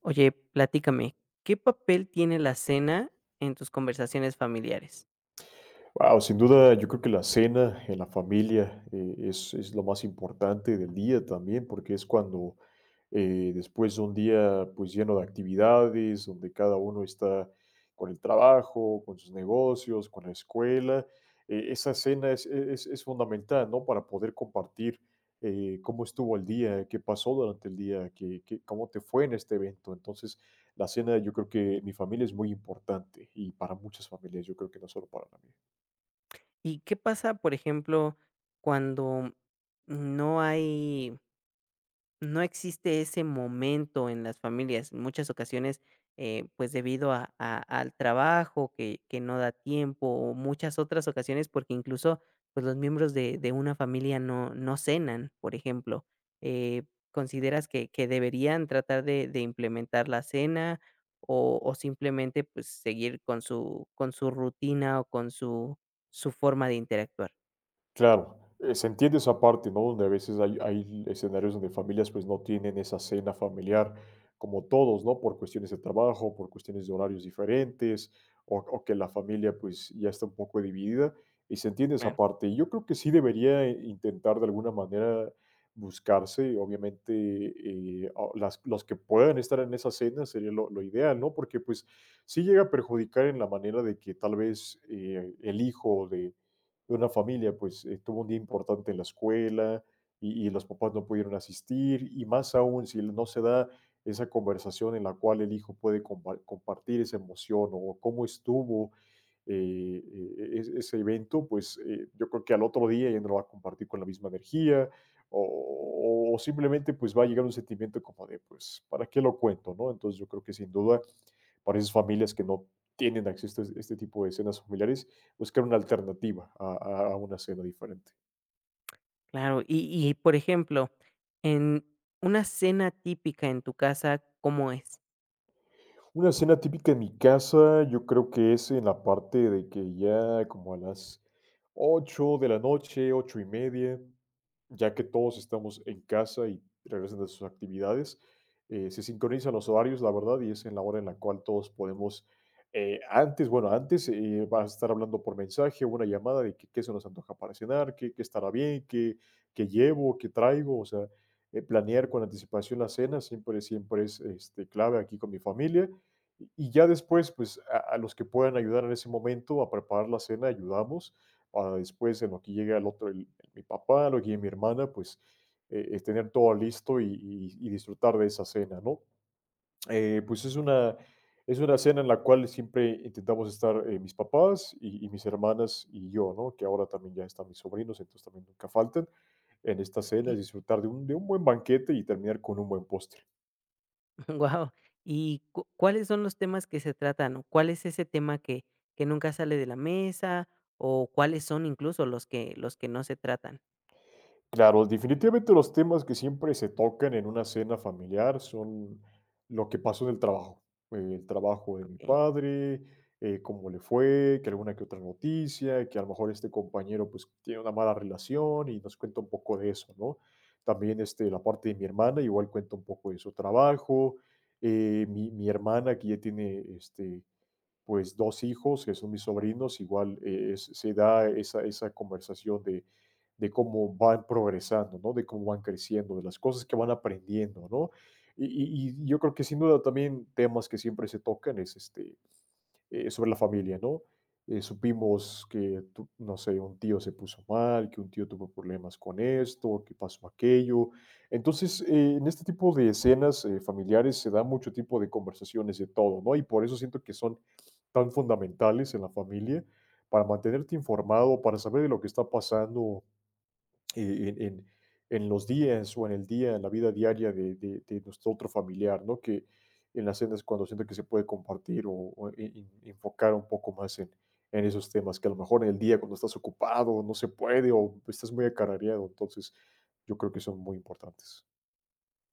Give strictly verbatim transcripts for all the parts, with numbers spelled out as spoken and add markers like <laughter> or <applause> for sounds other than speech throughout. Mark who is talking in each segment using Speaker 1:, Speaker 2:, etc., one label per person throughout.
Speaker 1: Oye, platícame, ¿qué papel tiene la cena en tus conversaciones familiares?
Speaker 2: Wow, sin duda, yo creo que la cena en la familia eh, es, es lo más importante del día también, porque es cuando eh, después de un día pues lleno de actividades, donde cada uno está con el trabajo, con sus negocios, con la escuela, eh, esa cena es, es- es fundamental, ¿no? Para poder compartir eh, cómo estuvo el día, qué pasó durante el día, qué, qué- cómo te fue en este evento. Entonces, la cena yo creo que en mi familia es muy importante y para muchas familias, yo creo que no solo para la mía.
Speaker 1: ¿Y qué pasa, por ejemplo, cuando no hay no existe ese momento en las familias? En muchas ocasiones, eh, pues debido a, a- al trabajo que, que no da tiempo, o muchas otras ocasiones, porque incluso pues los miembros de, de una familia no, no cenan, por ejemplo. Eh, ¿Consideras que, que deberían tratar de, de implementar la cena o, o simplemente pues seguir con su, con su rutina o con su, su forma de interactuar?
Speaker 2: Claro, eh, se entiende esa parte, ¿no? Donde a veces hay, hay escenarios donde familias pues no tienen esa cena familiar como todos, ¿no? Por cuestiones de trabajo, por cuestiones de horarios diferentes, o, o que la familia pues ya está un poco dividida, y se entiende esa parte. Y yo creo que sí debería eh, intentar de alguna manera buscarse, obviamente, eh, a- las, los que puedan estar en esa cena sería lo, lo ideal, ¿no? Porque pues sí llega a perjudicar en la manera de que tal vez eh, el hijo de una familia pues eh, tuvo un día importante en la escuela y, y los papás no pudieron asistir y más aún si no se da esa conversación en la cual el hijo puede compa- compartir esa emoción o cómo estuvo eh, eh, es- ese evento, pues eh, yo creo que al otro día ya no lo va a compartir con la misma energía o, o- o simplemente pues va a llegar un sentimiento como de pues, ¿para qué lo cuento? ¿No? Entonces yo creo que sin duda para esas familias que no tienen acceso a este este tipo de escenas familiares, buscar una alternativa a, a una cena diferente.
Speaker 1: Claro, y y, por ejemplo, en una cena típica en tu casa, ¿cómo es?
Speaker 2: Una cena típica en mi casa, yo creo que es en la parte de que ya como a las ocho de la noche, ocho y media, ya que todos estamos en casa y regresan de sus actividades, eh, se sincronizan los horarios, la verdad, y es en la hora en la cual todos podemos, eh, antes, bueno, antes eh, vas a estar hablando por mensaje o una llamada de que- qué se nos antoja para cenar, qué, qué estará bien, qué, qué llevo, qué traigo, o sea, eh, planear con anticipación la cena siempre, siempre es este, clave aquí con mi familia y ya después, pues, a a los que puedan ayudar en ese momento a preparar la cena, ayudamos, para después, en lo que llegue al otro, el mi papá, lo que llegue mi hermana, pues, eh eh, tener todo listo y y y disfrutar de esa cena, ¿no? Eh, pues, es una es una cena en la cual siempre intentamos estar, eh, mis papás y y mis hermanas y yo, ¿no? Que ahora también ya están mis sobrinos, entonces también nunca faltan en esta cena es
Speaker 1: Okey.
Speaker 2: disfrutar de un de un buen banquete y terminar con un buen postre.
Speaker 1: <laughs> ¿Y cu cuáles son los temas que se tratan, o cuál es ese tema que que nunca sale de la mesa, o cuáles son incluso los que los que no se tratan?
Speaker 2: Claro, definitivamente los temas que siempre se tocan en una cena familiar son lo que pasó en el trabajo, eh, el trabajo de mi
Speaker 1: Okey.
Speaker 2: padre, eh, cómo le fue, que alguna que otra noticia, que a lo mejor este compañero pues tiene una mala relación y nos cuenta un poco de eso, ¿no? También este, la parte de mi hermana igual cuenta un poco de su trabajo, eh, mi, mi hermana que ya tiene este, pues dos hijos, que son mis sobrinos, igual eh, es- se da esa, esa conversación de, de cómo van progresando, ¿no? De cómo van creciendo, de las cosas que van aprendiendo, ¿no? Y, y- y yo creo que sin duda también temas que siempre se tocan es este, eh, sobre la familia, ¿no? Eh, supimos que, tu- no sé, un tío se puso mal, que un tío tuvo problemas con esto, que pasó aquello. Entonces, eh, en este tipo de escenas eh, familiares se da mucho tipo de conversaciones de todo, ¿no? Y por eso siento que son tan fundamentales en la familia para mantenerte informado, para saber de lo que está pasando eh, en, en- en los días o en el día, en la vida diaria de, de- de nuestro otro familiar, ¿no? Que en las cenas cuando siento que se puede compartir o, o en- en- enfocar un poco más en, en esos temas, que a lo mejor en el día cuando estás ocupado no se puede o estás muy acarareado, entonces yo creo que son muy importantes.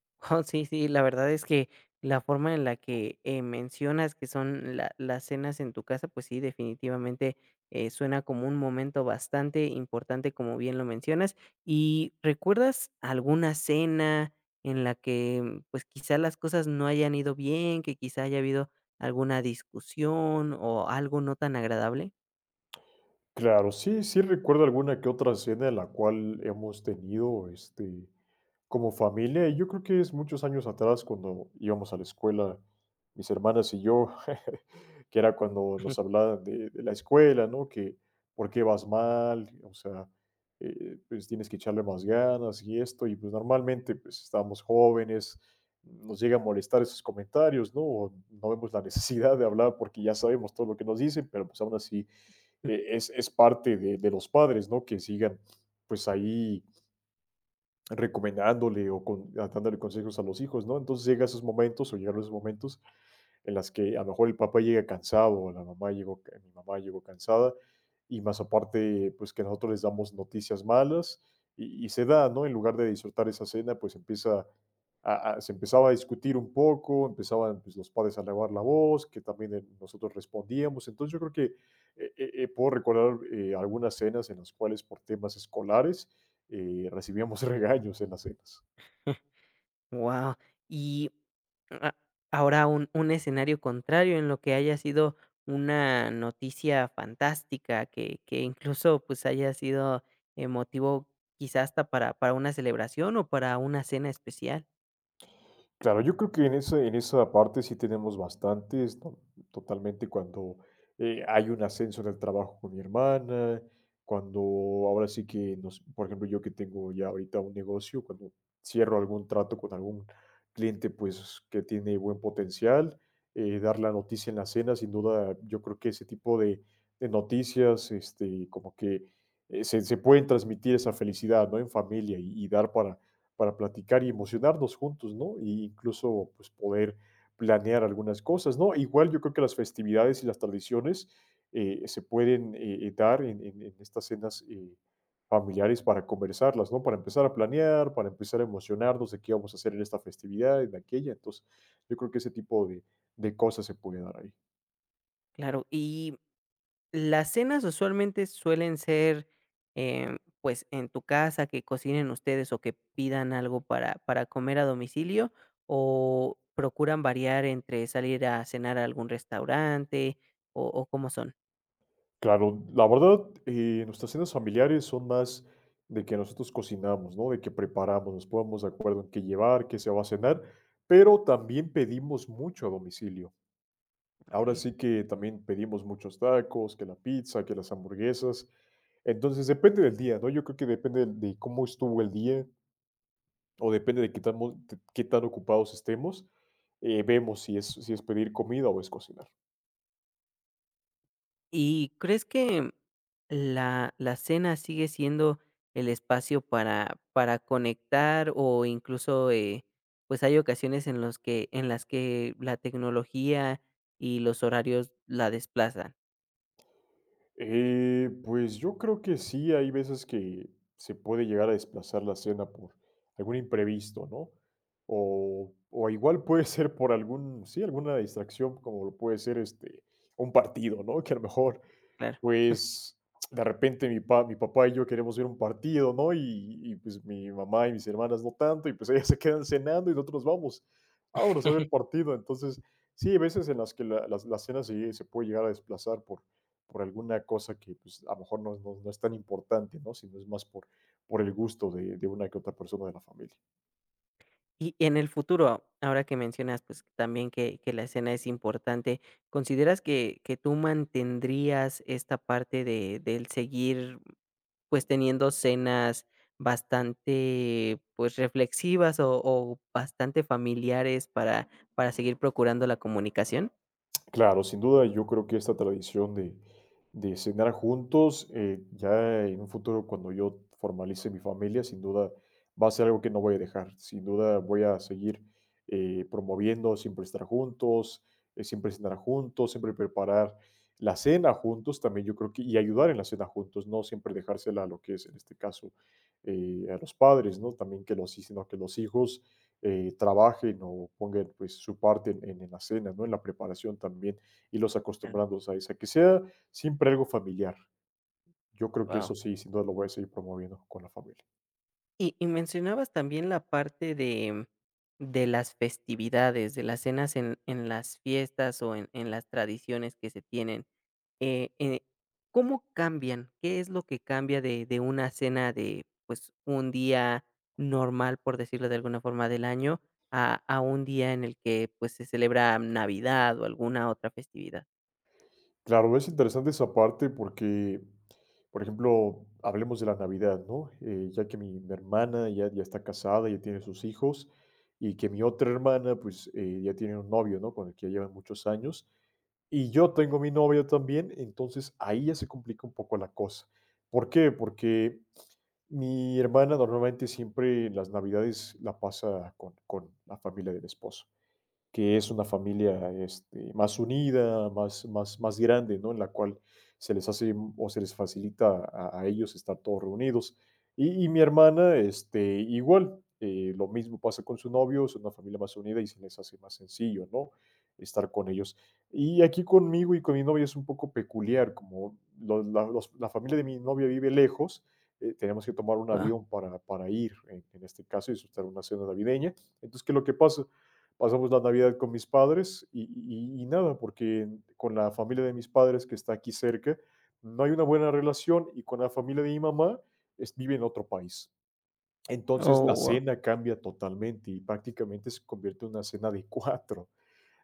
Speaker 1: <laughs> Oh, sí, sí, la verdad es que la forma en la que, eh, mencionas que son la las cenas en tu casa, pues sí, definitivamente, eh, suena como un momento bastante importante, como bien lo mencionas. ¿Y recuerdas alguna cena en la que, pues, quizá las cosas no hayan ido bien, que quizá haya habido alguna discusión o algo no tan agradable?
Speaker 2: Claro, sí, sí recuerdo alguna que otra cena en la cual hemos tenido, este, como familia, y yo creo que es muchos años atrás cuando íbamos a la escuela, mis hermanas y yo, <laughs> que era cuando nos hablaban de, de la escuela, ¿no? Que por qué vas mal, o sea, eh, pues tienes que echarle más ganas y esto, y pues normalmente pues estábamos jóvenes, nos llega a molestar esos comentarios, ¿no? O no vemos la necesidad de hablar porque ya sabemos todo lo que nos dicen, pero pues aún así eh, es, es, parte de, de, los padres, ¿no? Que sigan pues ahí recomendándole o con, dándole consejos a los hijos, ¿no? Entonces llega esos momentos o llegaron esos momentos en las que a lo mejor el papá llega cansado o la mamá llegó, mi mamá llegó cansada y más aparte, pues que nosotros les damos noticias malas y, y se da, ¿no? En lugar de disfrutar esa cena, pues empieza a- a- se empezaba a discutir un poco, empezaban pues, los padres a elevar la voz, que también eh, nosotros respondíamos. Entonces yo creo que eh, eh, eh, puedo recordar eh, algunas cenas en las cuales por temas escolares eh, recibíamos <laughs> regaños en las cenas.
Speaker 1: Wow. Y a Ahora un un escenario contrario, en lo que haya sido una noticia fantástica que que incluso, pues, haya sido, eh, motivo quizás hasta para para una celebración o para una cena especial,
Speaker 2: Claro, yo creo que en esa en esa parte sí tenemos bastantes, to totalmente cuando, eh, hay un ascenso en el trabajo con mi hermana, cuando ahora sí que nos por ejemplo, yo que tengo ya ahorita un negocio, cuando cierro algún trato con algún cliente, pues, que tiene buen potencial, eh, dar la noticia en la cena, sin duda, yo creo que ese tipo de de noticias, este, como que, eh, se se pueden transmitir esa felicidad, ¿no?, en familia y y dar para para platicar y emocionarnos juntos, ¿no? E incluso, pues, poder planear algunas cosas, ¿no? Igual yo creo que las festividades y las tradiciones eh, se pueden eh, eh, dar en, en- en estas cenas eh, familiares para conversarlas, ¿no? Para empezar a planear, para empezar a emocionarnos de qué vamos a hacer en esta festividad, en aquella. Entonces, yo creo que ese tipo de, de cosas se puede dar ahí.
Speaker 1: claro. Y Las cenas usualmente suelen ser, em, pues, en tu casa, que cocinen ustedes o que pidan algo para para comer a domicilio, ¿o procuran variar entre salir a cenar a algún restaurante o o cómo son?
Speaker 2: Claro, la verdad, eh, nuestras cenas familiares son más de que nosotros cocinamos, ¿no? De que preparamos, nos ponemos de acuerdo en qué llevar, qué se va a cenar, pero también pedimos mucho a domicilio. Ahora
Speaker 1: Okey.
Speaker 2: sí que también pedimos muchos tacos, que la pizza, que las hamburguesas. Entonces depende del día, ¿no? Yo creo que depende de de cómo estuvo el día o depende de qué tan, mo- de qué tan ocupados estemos. Eh, vemos si es, si es pedir comida o es cocinar.
Speaker 1: ¿Y crees que la la cena sigue siendo el espacio para para conectar o incluso, eh, pues, hay ocasiones en los que en las que la tecnología y los horarios la desplazan?
Speaker 2: Eh, pues yo creo que sí, hay veces que se puede llegar a desplazar la cena por algún imprevisto, ¿no? O, o igual puede ser por algún, sí, alguna distracción, como lo puede ser este, un partido, ¿no? Que a lo mejor
Speaker 1: Claro.
Speaker 2: pues de repente mi, pa- mi papá y yo queremos ver un partido, ¿no? Y, y, pues mi mamá y mis hermanas no tanto, y pues ellas <laughs> se quedan cenando y nosotros nos vamos, vámonos a ver el partido. Entonces, sí, hay veces en las que la, las- la cena se, se puede llegar a desplazar por, por alguna cosa que pues a lo mejor no, no- no es tan importante, ¿no? Sino es más por, por el gusto de, de una que otra persona de la familia.
Speaker 1: Y en el futuro, ahora que mencionas, pues, también que que la escena es importante, ¿consideras que que tú mantendrías esta parte de del seguir, pues, teniendo cenas bastante, pues, reflexivas o o bastante familiares para para seguir procurando la comunicación?
Speaker 2: Claro, sin duda, yo creo que esta tradición de, de cenar juntos, eh, ya en un futuro, cuando yo formalice mi familia, sin duda va a ser algo que no voy a dejar. Sin duda voy a seguir eh, promoviendo siempre estar juntos, eh, siempre cenar juntos, siempre preparar la cena juntos también, yo creo que, y ayudar en la cena juntos, no siempre dejársela a lo que es, en este caso, eh, a los padres, ¿no? También que los, sino que los hijos eh, trabajen o pongan pues su parte en, en- en la cena, ¿no? En la preparación también, y los
Speaker 1: Claro,
Speaker 2: acostumbrándolos a esa que sea siempre algo familiar. Yo creo que
Speaker 1: wao.
Speaker 2: eso sí, sin duda lo voy a seguir promoviendo con la familia.
Speaker 1: Y y mencionabas también la parte de de las festividades, de las cenas en en las fiestas o en en las tradiciones que se tienen, eh eh, ¿cómo cambian? ¿Qué es lo que cambia de de una cena de, pues, un día normal, por decirlo de alguna forma, del año, a a un día en el que, pues, se celebra Navidad o alguna otra festividad?
Speaker 2: Claro, es interesante esa parte porque, por ejemplo, hablemos de la Navidad, ¿no? Eh, ya que mi, mi hermana ya, ya está casada, ya tiene sus hijos, y que mi otra hermana, pues, eh, ya tiene un novio, ¿no? Con el que ya llevan muchos años. Y yo tengo mi novio también, entonces ahí ya se complica un poco la cosa. ¿Por qué? Porque mi hermana normalmente siempre en las Navidades la pasa con, con la familia del esposo, que es una familia, este, más unida, más más más grande, ¿no? En la cual se les hace o se les facilita a a ellos estar todos reunidos. Y y mi hermana, este, igual, eh, lo mismo pasa con su novio, es una familia más unida y se les hace más sencillo, ¿no? Estar con ellos. Y aquí conmigo y con mi novia es un poco peculiar, como lo la los la familia de mi novia vive lejos, eh, tenemos que tomar un
Speaker 1: Wao.
Speaker 2: avión para para ir, en en este caso, y disfrutar una cena navideña. Entonces, ¿qué es lo que pasa? Pasamos la Navidad con mis padres y y y nada, porque con la familia de mis padres, que está aquí cerca, no hay una buena relación, y con la familia de mi mamá, es vive en otro país. Entonces, la
Speaker 1: Oh, wao.
Speaker 2: cena cambia totalmente, y prácticamente se convierte en una cena de cuatro.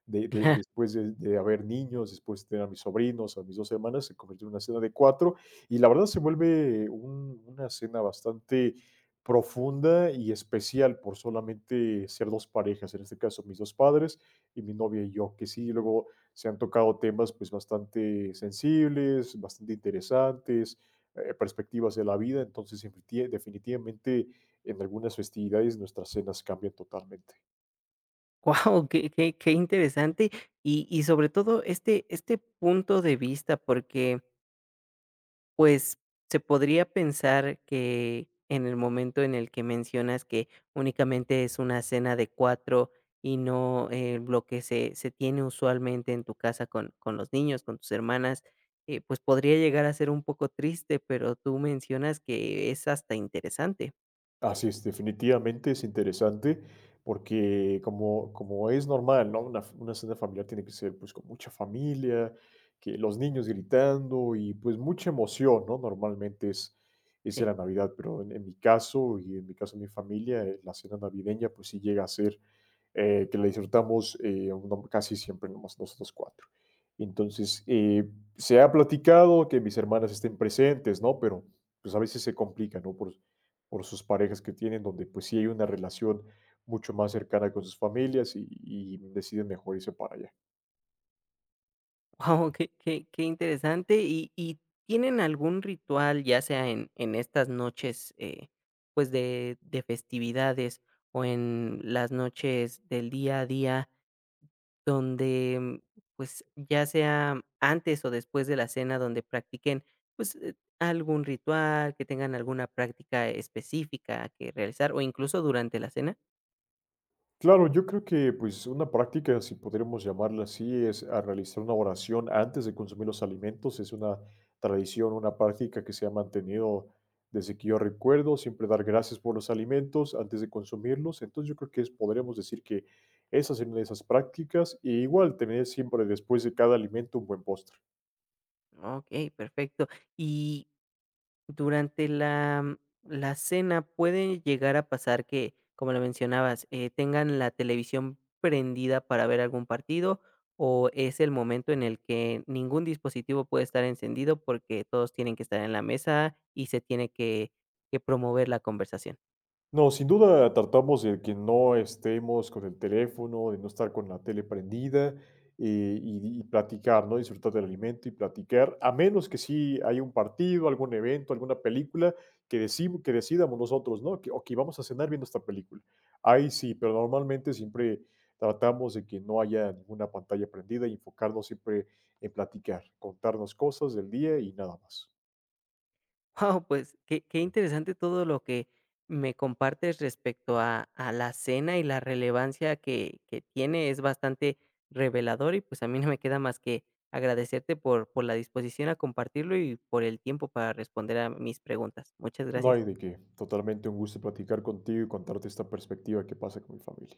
Speaker 2: De de
Speaker 1: <laughs>
Speaker 2: después de de haber niños, después de tener a mis sobrinos, a mis dos hermanas, se convirtió en una cena de cuatro, y la verdad se vuelve un una cena bastante profunda y especial por solamente ser dos parejas, en este caso, mis dos padres y mi novia y yo, que sí, luego se han tocado temas, pues, bastante sensibles, bastante interesantes, eh, perspectivas de la vida. Entonces, definitie definitivamente en algunas festividades nuestras cenas cambian totalmente.
Speaker 1: Wow, qué qué qué interesante. Y y sobre todo este este punto de vista, porque, pues, se podría pensar que en el momento en el que mencionas que únicamente es una cena de cuatro y no, eh, lo que se se tiene usualmente en tu casa con con los niños, con tus hermanas, eh, pues, podría llegar a ser un poco triste, pero tú mencionas que es hasta interesante.
Speaker 2: Así es, definitivamente es interesante porque como, como es normal, ¿no? Una, una cena familiar tiene que ser pues con mucha familia, que los niños gritando y pues mucha emoción, ¿no? Normalmente es, es
Speaker 1: Sí.
Speaker 2: la Navidad, pero en, en mi caso y en mi caso de mi familia, eh, la cena navideña pues sí llega a ser, eh, que la disfrutamos, eh, uno- casi siempre nomás nosotros cuatro. Entonces, eh, se ha platicado que mis hermanas estén presentes, ¿no? Pero pues a veces se complica, ¿no? Por, por sus parejas que tienen, donde pues sí hay una relación mucho más cercana con sus familias y, y deciden mejor irse para allá.
Speaker 1: Wow, qué qué qué interesante. ¿Y y tienen algún ritual, ya sea en en estas noches, eh, pues, de de festividades o en las noches del día a día donde, mm, pues, ya sea antes o después de la cena, donde practiquen, pues, eh, algún ritual, que tengan alguna práctica específica que realizar o incluso durante la cena?
Speaker 2: Claro, yo creo que pues una práctica, si podríamos llamarla así, es a realizar una oración antes de consumir los alimentos. Es una tradición, una práctica que se ha mantenido desde que yo recuerdo, siempre dar gracias por los alimentos antes de consumirlos. Entonces yo creo que es- podríamos decir que esa es una de esas prácticas, y igual tener siempre después de cada alimento un buen postre.
Speaker 1: Okey, perfecto. Y durante la la cena puede llegar a pasar que, como lo mencionabas, eh, tengan la televisión prendida para ver algún partido, o es el momento en el que ningún dispositivo puede estar encendido porque todos tienen que estar en la mesa y se tiene que que promover la conversación.
Speaker 2: No, sin duda tratamos de que no estemos con el teléfono, de no estar con la tele prendida, eh, y y platicar, ¿no? Disfrutar del alimento y platicar, a menos que sí haya un partido, algún evento, alguna película que decim que decidamos nosotros, ¿no? Que: "Okey, vamos a cenar viendo esta película". Ahí sí, pero normalmente siempre tratamos de que no haya ninguna pantalla prendida y enfocarnos siempre en platicar, contarnos cosas del día y nada más.
Speaker 1: Wow, pues, qué qué interesante todo lo que me compartes respecto a a la cena y la relevancia que que tiene, es bastante revelador y, pues, a mí no me queda más que agradecerte por por la disposición a compartirlo y por el tiempo para responder a mis preguntas. Muchas
Speaker 2: No
Speaker 1: gracias.
Speaker 2: hay de qué. Totalmente un gusto platicar contigo y contarte esta perspectiva que pasa con mi familia.